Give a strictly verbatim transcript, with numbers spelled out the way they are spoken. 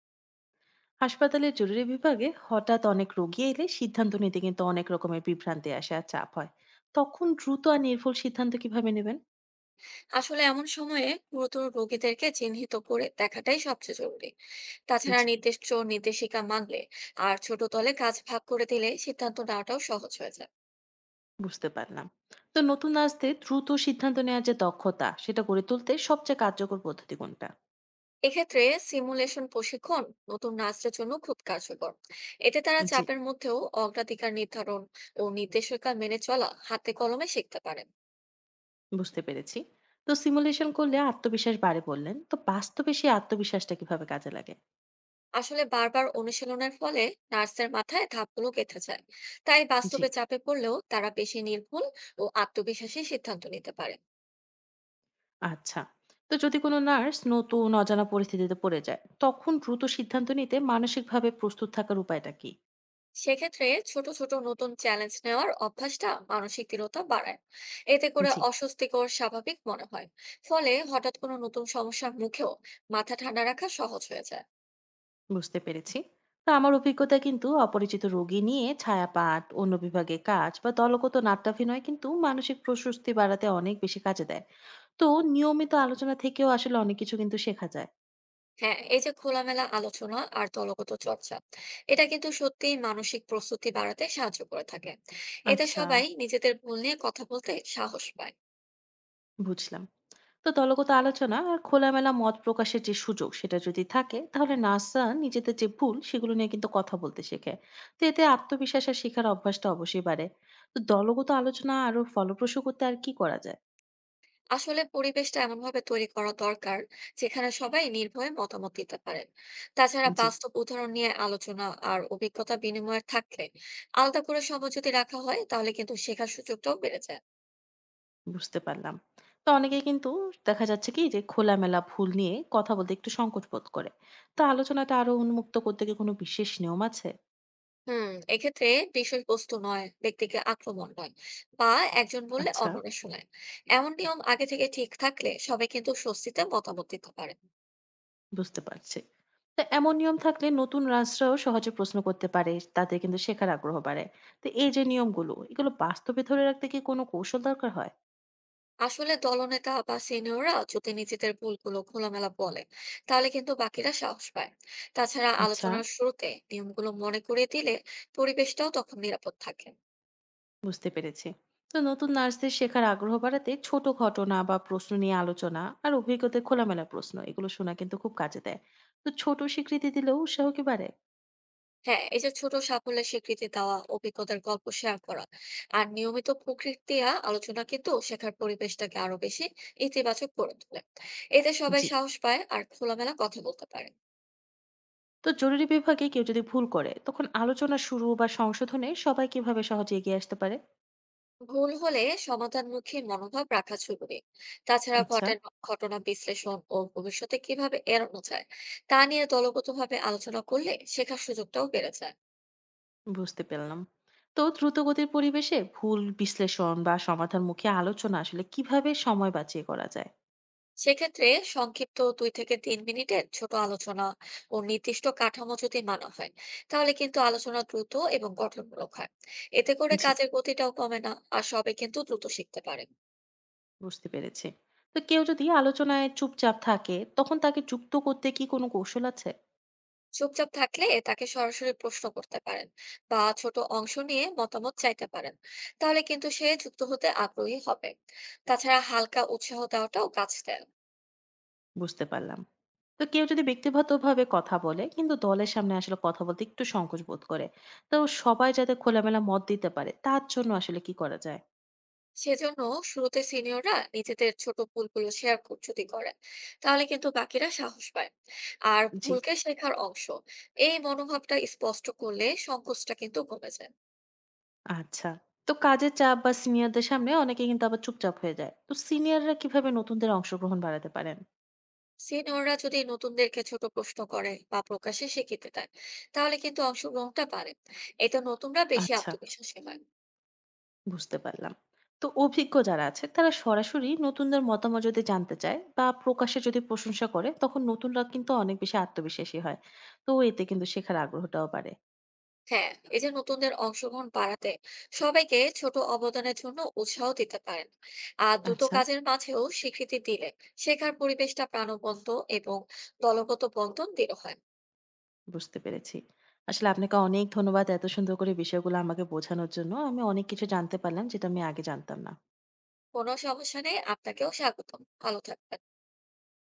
হাসপাতালের জরুরি বিভাগে হঠাৎ অনেক রোগী এলে সিদ্ধান্ত নিতে কিন্তু অনেক রকমের বিভ্রান্তি আসে আর চাপ হয়। তখন দ্রুত আর নির্ভুল সিদ্ধান্ত কিভাবে নেবেন? আসলে এমন সময়ে গুরুতর রোগীদেরকে চিহ্নিত করে দেখাটাই সবচেয়ে জরুরি। তাছাড়া জি। নির্দিষ্ট নির্দেশিকা মানলে আর ছোট দলে কাজ ভাগ করে দিলে সিদ্ধান্ত নেওয়াটাও সহজ হয়ে যায়। বুঝতে পারলাম। তো নতুন আসতে দ্রুত সিদ্ধান্ত নেওয়ার যে দক্ষতা সেটা গড়ে তুলতে সবচেয়ে কার্যকর পদ্ধতি কোনটা? এক্ষেত্রে সিমুলেশন প্রশিক্ষণ নতুন নার্সদের জন্য খুব কার্যকর। এতে তারা জি। চাপের মধ্যেও অগ্রাধিকার নির্ধারণ ও নির্দেশিকা মেনে চলা হাতে কলমে শিখতে পারেন। বুঝতে পেরেছি। তো সিমুলেশন করলে আত্মবিশ্বাস বাড়ে বললেন, তো বাস্তবে সেই আত্মবিশ্বাসটা কিভাবে কাজে লাগে? আসলে বারবার অনুশীলনের ফলে নার্সের মাথায় ধাপগুলো গেঁথে যায়। তাই জি। বাস্তবে চাপে পড়লেও তারা বেশি নির্ভুল ও আত্মবিশ্বাসী সিদ্ধান্ত নিতে পারে। আচ্ছা। তো যদি কোনো নার্স নতুন অজানা পরিস্থিতিতে পড়ে যায়, তখন দ্রুত সিদ্ধান্ত নিতে মানসিকভাবে প্রস্তুত থাকার উপায়টা কি? সেক্ষেত্রে ছোট ছোট নতুন চ্যালেঞ্জ নেওয়ার অভ্যাসটা মানসিক দৃঢ়তা বাড়ায়। এতে করে জি, অস্বস্তিকর স্বাভাবিক মনে হয়। ফলে হঠাৎ কোনো নতুন সমস্যার মুখেও মাথা ঠান্ডা রাখা সহজ হয়ে যায়। বুঝতে পেরেছি। তো আমার অভিজ্ঞতা কিন্তু অপরিচিত রোগী নিয়ে ছায়াপাঠ, অন্য বিভাগে কাজ বা দলগত নাট্যাভিনয় কিন্তু মানসিক প্রশস্তি বাড়াতে অনেক বেশি কাজে দেয়। তো নিয়মিত আলোচনা থেকেও আসলে অনেক কিছু কিন্তু শেখা যায়। হ্যাঁ, এই যে খোলামেলা আলোচনা আর দলগত চর্চা, এটা কিন্তু সত্যিই মানসিক প্রস্তুতি বাড়াতে সাহায্য করে থাকে। এতে আচ্ছা, সবাই নিজেদের ভুল নিয়ে কথা বলতে সাহস পায়। বুঝলাম। তো দলগত আলোচনা আর খোলামেলা মত প্রকাশের যে সুযোগ সেটা যদি থাকে তাহলে নার্সরা নিজেদের যে ভুল সেগুলো নিয়ে কিন্তু কথা বলতে শেখে। তো এতে আত্মবিশ্বাস আর শেখার অভ্যাসটা অবশ্যই বাড়ে। তো দলগত আলোচনা আরো ফলপ্রসূ করতে আর কি করা যায়? আসলে পরিবেশটা এমনভাবে তৈরি করা দরকার যেখানে সবাই নির্ভয়ে মতামত দিতে পারেন। তাছাড়া জি। বাস্তব উদাহরণ নিয়ে আলোচনা আর অভিজ্ঞতা বিনিময় থাকলে, আলাদা করে সভা যদি রাখা হয়, তাহলে কিন্তু শেখার সুযোগটাও বেড়ে যায়। বুঝতে পারলাম। তো অনেকেই কিন্তু দেখা যাচ্ছে কি যে খোলামেলা ভুল নিয়ে কথা বলতে একটু সংকোচ বোধ করে। তো আলোচনাটা আরো উন্মুক্ত করতে কি কোনো বিশেষ নিয়ম আছে? হুম, এক্ষেত্রে বিষয়বস্তু নয় ব্যক্তিকে আক্রমণ নয়, বা একজন বললে আচ্ছা, অন্যরা শোনায়, এমন নিয়ম আগে থেকে ঠিক থাকলে সবাই কিন্তু স্বস্তিতে মতামত দিতে পারে। বুঝতে পারছি। তো এমন নিয়ম থাকলে নতুন রাষ্ট্রও সহজে প্রশ্ন করতে পারে। তাদের কিন্তু শেখার আগ্রহ বাড়ে। তো এই যে নিয়মগুলো, এগুলো বাস্তবে ধরে রাখতে কি কোনো কৌশল দরকার হয়? আসলে দলনেতা বা সিনিয়ররা যদি নিজেদের ভুলগুলো খোলামেলা বলে, তাহলে কিন্তু বাকিরা সাহস পায়। তাছাড়া আচ্ছা। আলোচনার শুরুতে নিয়মগুলো মনে করিয়ে দিলে পরিবেশটাও তখন নিরাপদ থাকে। বুঝতে পেরেছি। তো নতুন নার্সদের শেখার আগ্রহ বাড়াতে ছোট ঘটনা বা প্রশ্ন নিয়ে আলোচনা আর অভিজ্ঞতার খোলামেলা প্রশ্ন এগুলো শোনা কিন্তু খুব কাজে দেয়। তো ছোট স্বীকৃতি দিলেও উৎসাহ কি বাড়ে? হ্যাঁ, এই যে ছোট সাফল্যের স্বীকৃতি দেওয়া, অভিজ্ঞতার গল্প শেয়ার করা আর নিয়মিত প্রতিক্রিয়া আলোচনা কিন্তু শেখার পরিবেশটাকে আরো বেশি ইতিবাচক করে তোলে। এতে সবাই জি। সাহস পায় আর খোলামেলা কথা বলতে পারে। তো জরুরি বিভাগে কেউ যদি ভুল করে তখন আলোচনা শুরু বা সংশোধনে সবাই কিভাবে সহজে এগিয়ে আসতে পারে? ভুল হলে সমাধানমুখী মনোভাব রাখা জরুরি। তাছাড়া আচ্ছা, ঘটনা ঘটনা বিশ্লেষণ ও ভবিষ্যতে কিভাবে এড়ানো যায় তা নিয়ে দলগতভাবে আলোচনা করলে শেখার সুযোগটাও বেড়ে যায়। বুঝতে পেলাম। তো দ্রুতগতির পরিবেশে ভুল বিশ্লেষণ বা সমাধানমুখী আলোচনা আসলে কিভাবে সময় বাঁচিয়ে করা যায়? সেক্ষেত্রে সংক্ষিপ্ত দুই থেকে তিন মিনিটের ছোট আলোচনা ও নির্দিষ্ট কাঠামো যদি মানা হয়, তাহলে কিন্তু আলোচনা দ্রুত এবং গঠনমূলক হয়। এতে করে জি। কাজের গতিটাও কমে না আর সবাই কিন্তু দ্রুত শিখতে পারে। বুঝতে পেরেছি। তো কেউ যদি আলোচনায় চুপচাপ থাকে, তখন তাকে যুক্ত করতে কি কোনো কৌশল আছে? চুপচাপ থাকলে তাকে সরাসরি প্রশ্ন করতে পারেন বা ছোট অংশ নিয়ে মতামত চাইতে পারেন, তাহলে কিন্তু সে যুক্ত হতে আগ্রহী হবে। তাছাড়া হালকা উৎসাহ দেওয়াটাও কাজ দেয়। বুঝতে পারলাম। তো কেউ যদি ব্যক্তিগতভাবে কথা বলে, কিন্তু দলের সামনে আসলে কথা বলতে একটু সংকোচ বোধ করে, তো সবাই যাতে খোলামেলা মত দিতে পারে, তার জন্য আসলে কি করা যায়? সেজন্য শুরুতে সিনিয়ররা নিজেদের ছোট ভুলগুলো শেয়ার যদি করে, তাহলে কিন্তু বাকিরা সাহস পায়। আর জি, ভুলকে শেখার অংশ এই মনোভাবটা স্পষ্ট করলে সংকোচটা কিন্তু কমে যায়। আচ্ছা। তো কাজের চাপ বা সিনিয়রদের সামনে অনেকে কিন্তু আবার চুপচাপ হয়ে যায়। তো সিনিয়ররা কিভাবে নতুনদের অংশগ্রহণ বাড়াতে পারেন? সিনিয়ররা যদি নতুনদেরকে ছোট প্রশ্ন করে বা প্রকাশে স্বীকৃতি দেয়, তাহলে কিন্তু অংশগ্রহণটা বাড়ে। এতে নতুনরা বেশি আচ্ছা। আত্মবিশ্বাসী হয়। বুঝতে পারলাম। তো অভিজ্ঞ যারা আছে তারা সরাসরি নতুনদের মতামত যদি জানতে চায় বা প্রকাশ্যে যদি প্রশংসা করে তখন নতুনরা কিন্তু অনেক বেশি আত্মবিশ্বাসী হয়। তো এতে কিন্তু শেখার আগ্রহটাও বাড়ে। হ্যাঁ, এই যে নতুনদের অংশগ্রহণ বাড়াতে সবাইকে ছোট অবদানের জন্য উৎসাহ দিতে পারেন, আর দ্রুত আচ্ছা, কাজের মাঝেও স্বীকৃতি দিলে শেখার পরিবেশটা প্রাণবন্ত এবং দলগত বন্ধন দৃঢ় হয়। বুঝতে পেরেছি। আসলে আপনাকে অনেক ধন্যবাদ এত সুন্দর করে বিষয়গুলো আমাকে বোঝানোর জন্য। আমি অনেক কিছু জানতে পারলাম যেটা আমি আগে জানতাম না। কোনো সমস্যা নেই, আপনাকেও স্বাগতম, ভালো থাকবেন।